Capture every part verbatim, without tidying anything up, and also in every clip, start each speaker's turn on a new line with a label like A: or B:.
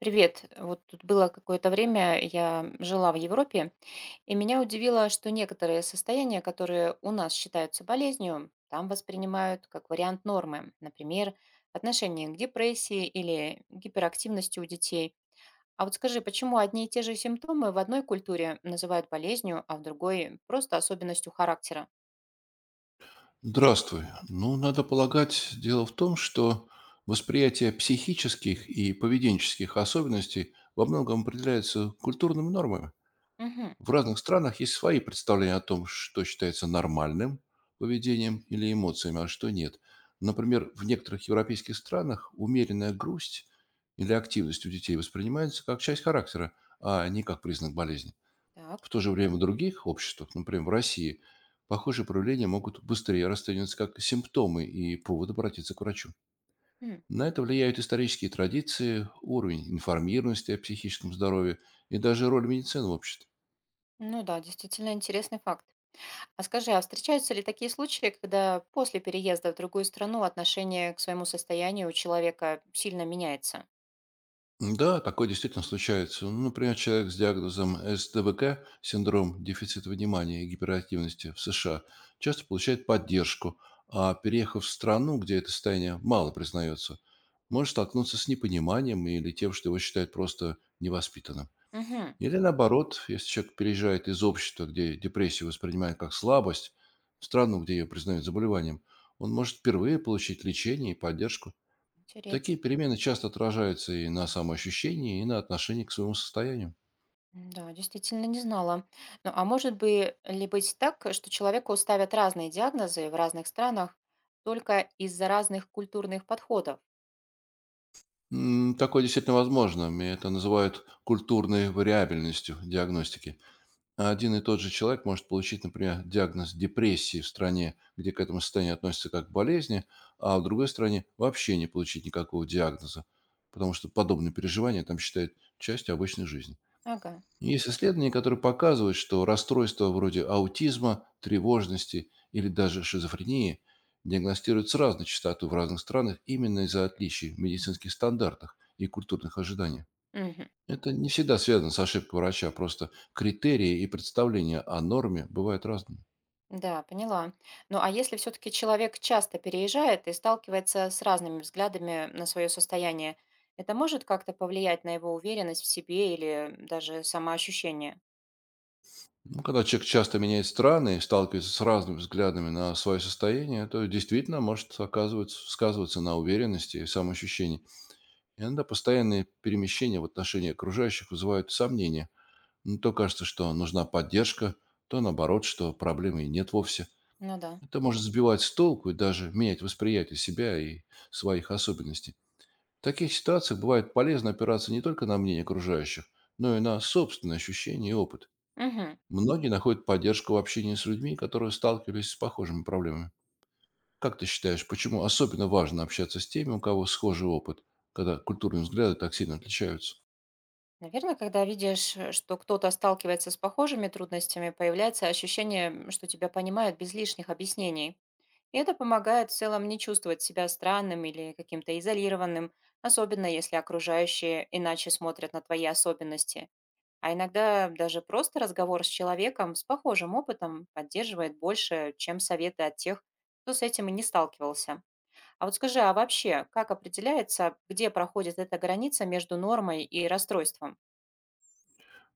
A: Привет. Вот тут было какое-то время, я жила в Европе, и меня удивило, что некоторые состояния, которые у нас считаются болезнью, там воспринимают как вариант нормы. Например, отношение к депрессии или гиперактивности у детей. А вот скажи, почему одни и те же симптомы в одной культуре называют болезнью, а в другой– просто особенностью характера?
B: Здравствуй. Ну, надо полагать, дело в том, что восприятие психических и поведенческих особенностей во многом определяется культурными нормами.
A: Угу.
B: В разных странах есть свои представления о том, что считается нормальным поведением или эмоциями, а что нет. Например, в некоторых европейских странах умеренная грусть или активность у детей воспринимается как часть характера, а не как признак болезни.
A: Так.
B: В то же время в других обществах, например, в России, похожие проявления могут быстрее расцениваться как симптомы и повод обратиться к врачу.
A: М.
B: На это влияют исторические традиции, уровень информированности о психическом здоровье и даже роль медицины в обществе.
A: Ну да, действительно интересный факт. А скажи, а встречаются ли такие случаи, когда после переезда в другую страну отношение к своему состоянию у человека сильно меняется?
B: Да, такое действительно случается. Ну, например, человек с диагнозом СДВК, синдром дефицита внимания и гиперактивности в США, часто получает поддержку, а переехав в страну, где это состояние мало признается, может столкнуться с непониманием или тем, что его считают просто невоспитанным.
A: Угу.
B: Или наоборот, если человек переезжает из общества, где депрессию воспринимают как слабость, в страну, где ее признают заболеванием, он может впервые получить лечение и поддержку.
A: Интересно.
B: Такие перемены часто отражаются и на самоощущении, и на отношении к своему состоянию.
A: Да, действительно не знала. Ну, а может бы ли быть так, что человеку ставят разные диагнозы в разных странах только из-за разных культурных подходов?
B: М, Такое действительно возможно, и это называют культурной вариабельностью диагностики. Один и тот же человек может получить, например, диагноз депрессии в стране, где к этому состоянию относятся как к болезни, а в другой стране вообще не получить никакого диагноза, потому что подобные переживания там считают частью обычной жизни.
A: Ага.
B: Есть исследования, которые показывают, что расстройства вроде аутизма, тревожности или даже шизофрении диагностируют с разной частотой в разных странах именно из-за отличий в медицинских стандартах и культурных ожиданиях.
A: Мгм.
B: Это не всегда связано с ошибкой врача, просто критерии и представления о норме бывают разными.
A: Да, поняла. Ну, а если все-таки человек часто переезжает и сталкивается с разными взглядами на свое состояние, это может как-то повлиять на его уверенность в себе или даже самоощущение?
B: Ну, когда человек часто меняет страны и сталкивается с разными взглядами на свое состояние, то действительно может оказываться, сказываться на уверенности и самоощущении. Иногда постоянные перемещения в отношении окружающих вызывают сомнения. Ну, то кажется, что нужна поддержка, то наоборот, что проблемы и нет вовсе.
A: Ну да.
B: Это может сбивать с толку и даже менять восприятие себя и своих особенностей. В таких ситуациях бывает полезно опираться не только на мнение окружающих, но и на собственные ощущения и опыт.
A: Угу.
B: Многие находят поддержку в общении с людьми, которые сталкивались с похожими проблемами. Как ты считаешь, почему особенно важно общаться с теми, у кого схожий опыт, когда культурные взгляды так сильно отличаются?
A: Наверное, когда видишь, э, что кто-то сталкивается с похожими трудностями, появляется ощущение, м, что тебя понимают без лишних объяснений. И это помогает в целом не чувствовать себя странным или каким-то изолированным, особенно если окружающие иначе смотрят на твои особенности. А иногда даже просто разговор с человеком с похожим опытом поддерживает больше, чем советы от тех, кто с этим и не сталкивался. А вот скажи, а вообще, как определяется, где проходит эта граница между нормой и расстройством?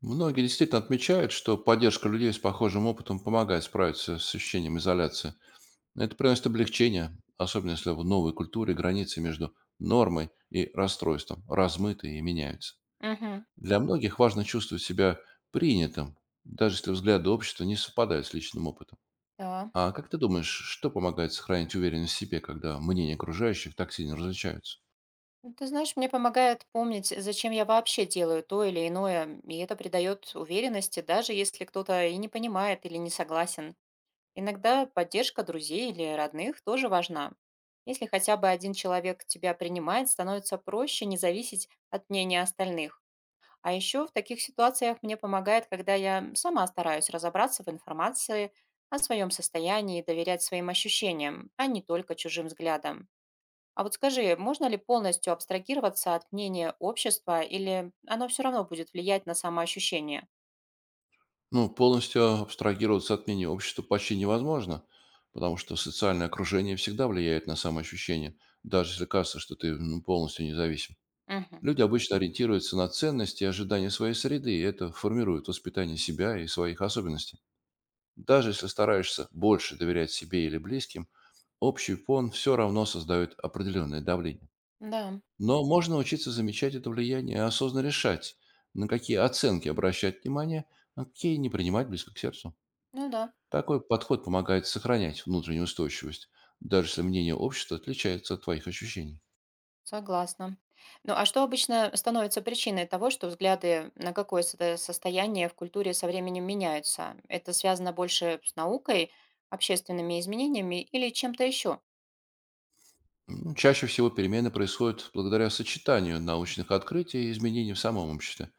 B: Многие действительно отмечают, что поддержка людей с похожим опытом помогает справиться с ощущением изоляции. Это приносит облегчение, особенно если в новой культуре границы между нормой и расстройством размыты и меняются.
A: Угу,
B: Для многих важно чувствовать себя принятым, даже если взгляды общества не совпадают с личным опытом.
A: да.
B: А как ты думаешь, что помогает сохранить уверенность в себе, когда мнения окружающих так сильно различаются?
A: Ну, ты знаешь, мне помогает помнить, зачем я вообще делаю то или иное, и это придает уверенности, даже если кто-то и не понимает или не согласен. Иногда поддержка друзей или родных тоже важна. Если хотя бы один человек тебя принимает, становится проще не зависеть от мнения остальных. А еще в таких ситуациях мне помогает, когда я сама стараюсь разобраться в информации о своем состоянии и доверять своим ощущениям, а не только чужим взглядам. А вот скажи, можно ли полностью абстрагироваться от мнения общества или оно все равно будет влиять на самоощущение?
B: Ну, полностью абстрагироваться от мнения общества почти невозможно, потому что социальное окружение всегда влияет на самоощущение, даже если кажется, что ты, ну, полностью независим.
A: Мгм.
B: Люди обычно ориентируются на ценности и ожидания своей среды, и это формирует воспитание себя и своих особенностей. Даже если стараешься больше доверять себе или близким, общий фон все равно создает определенное давление.
A: Да,
B: Но можно научиться замечать это влияние и осознанно решать, на какие оценки обращать внимание, а какие не принимать близко к сердцу.
A: ну да.
B: Такой подход помогает сохранять внутреннюю устойчивость, даже если мнение общества отличается от твоих ощущений.
A: Согласна. Ну, а что обычно становится причиной того, что взгляды на какое сото- состояние в культуре со временем меняются? Это связано больше с наукой, общественными изменениями или чем-то еще?
B: М, Чаще всего перемены происходят благодаря сочетанию научных открытий и изменений в самом обществе.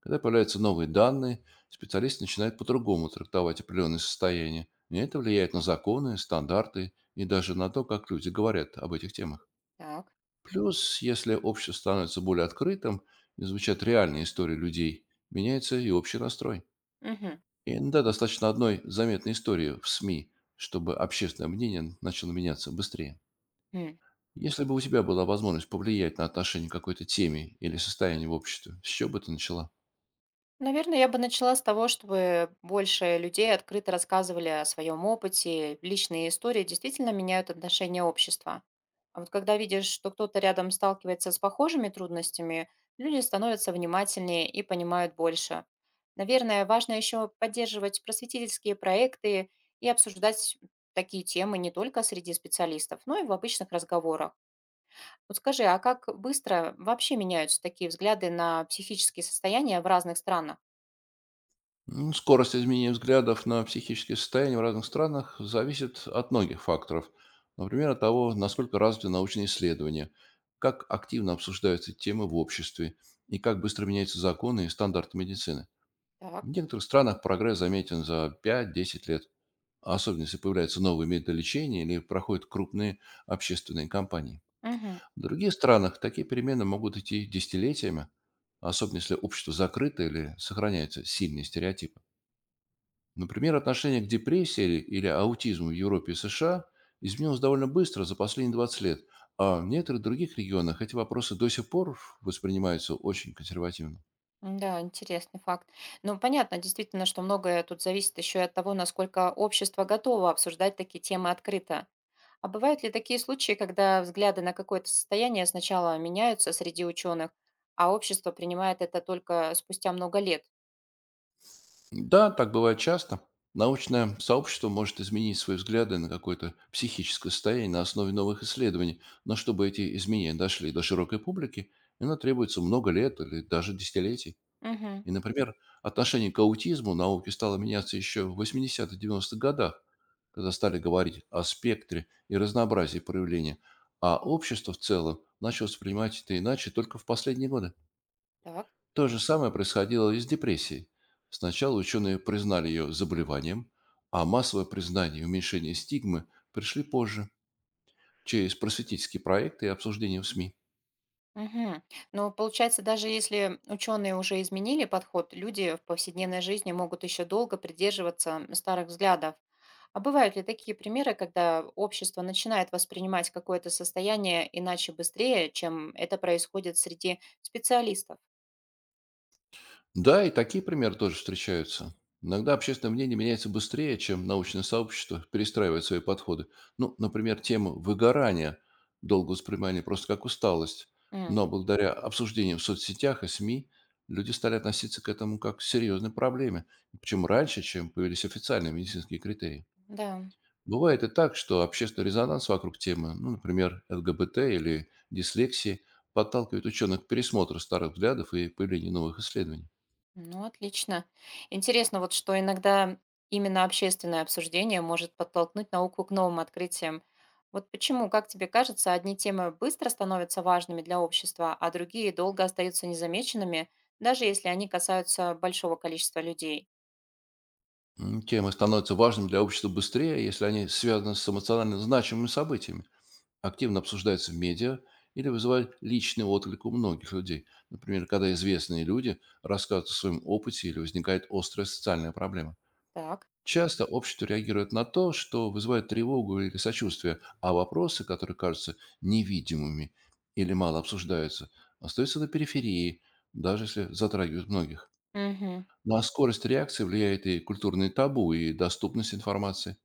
B: Когда появляются новые данные, специалисты начинают по-другому трактовать определенные состояния. И это влияет на законы, стандарты и даже на то, как люди говорят об этих темах.
A: Так.
B: Плюс, если общество становится более открытым и звучат реальные истории людей, меняется и общий настрой. Иногда достаточно одной заметной истории в СМИ, чтобы общественное мнение начало меняться быстрее.
A: Мгм.
B: Если бы у тебя была возможность повлиять на отношение к какой-то теме или состоянию в обществе, с чего бы ты начала?
A: Наверное, я бы начала с того, чтобы больше людей открыто рассказывали о своем опыте. Личные истории действительно меняют отношение общества. А вот когда видишь, что кто-то рядом сталкивается с похожими трудностями, люди становятся внимательнее и понимают больше. Наверное, важно еще поддерживать просветительские проекты и обсуждать такие темы не только среди специалистов, но и в обычных разговорах. Вот скажи, а как быстро вообще меняются такие взгляды на психические состояния в разных странах?
B: М, Скорость изменения взглядов на психические состояния в разных странах зависит от многих факторов. Например, от того, насколько развиты научные исследования, как активно обсуждаются темы в обществе и как быстро меняются законы и стандарты медицины. В
A: Так.
B: некоторых странах прогресс заметен за пять-десять лет, а особенно если появляются новые методы лечения или проходят крупные общественные кампании.
A: Мгм.
B: В других странах такие перемены могут идти десятилетиями, особенно если общество закрыто или сохраняются сильные стереотипы. Например, отношение к депрессии или, или аутизму в Европе и США изменилось довольно быстро за последние двадцать лет, а в некоторых других регионах эти вопросы до сих пор воспринимаются очень консервативно.
A: Да, интересный факт. Ну, понятно, действительно, что многое тут зависит еще и от того, насколько общество готово обсуждать такие темы открыто. А бывают ли такие случаи, когда взгляды на какое-то состояние сначала меняются среди ученых, а общество принимает это только спустя много лет?
B: Да, так бывает часто. Научное сообщество может изменить свои взгляды на какое-то психическое состояние на основе новых исследований, но чтобы эти изменения дошли до широкой публики, оно требуется много лет или даже десятилетий.
A: Мгм.
B: И, например, отношение к аутизму науки стало меняться еще в 80-90-х годах, когда стали говорить о спектре и разнообразии проявления, а общество в целом начало воспринимать это иначе только в последние годы.
A: Так.
B: То же самое происходило и с депрессией. Сначала ученые признали ее заболеванием, а массовое признание и уменьшение стигмы пришли позже, через просветительские проекты и обсуждения в СМИ.
A: Мгм. Но получается, даже если ученые уже изменили подход, люди в повседневной жизни могут еще долго придерживаться старых взглядов. А бывают ли такие примеры, когда общество начинает воспринимать какое-то состояние иначе быстрее, чем это происходит среди специалистов?
B: Да, и такие примеры тоже встречаются. Иногда общественное мнение меняется быстрее, чем научное сообщество перестраивает свои подходы. Ну, например, тему выгорания долго воспринимали просто как усталость,
A: М.
B: но благодаря обсуждениям в соцсетях и СМИ люди стали относиться к этому как к серьезной проблеме, причем раньше, чем появились официальные медицинские критерии.
A: Да.
B: Бывает и так, что общественный резонанс вокруг темы, ну, например, ЛГБТ или дислексии, подталкивает ученых к пересмотру старых взглядов и появлению новых исследований.
A: Ну, отлично. Интересно, вот что иногда именно общественное обсуждение может подтолкнуть науку к новым открытиям. Вот почему, как тебе кажется, одни темы быстро становятся важными для общества, а другие долго остаются незамеченными, даже если они касаются большого количества людей?
B: М, Темы становятся важными для общества быстрее, если они связаны с эмоционально значимыми событиями, активно обсуждаются в медиа или вызывают личный отклик у многих людей. Например, когда известные люди рассказывают о своем опыте или возникает острая социальная проблема.
A: Так.
B: Часто общество реагирует на то, что вызывает тревогу или сочувствие, а вопросы, которые кажутся невидимыми или мало обсуждаются, остаются на периферии, даже если затрагивают многих.
A: Мгм.
B: На скорость реакции влияет и культурные табу, и доступность информации.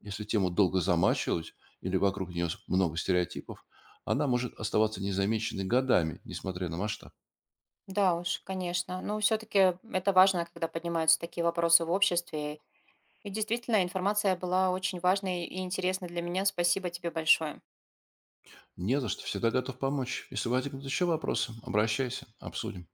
B: Если тему долго замачивать или вокруг нее много стереотипов, она может оставаться незамеченной годами, несмотря на масштаб.
A: Да уж, конечно. Но все-таки это важно, когда поднимаются такие вопросы в обществе. И действительно, информация была очень важной и интересной для меня. Спасибо тебе большое.
B: Не за что, всегда готов помочь. Если возникнут еще вопросы, обращайся, обсудим.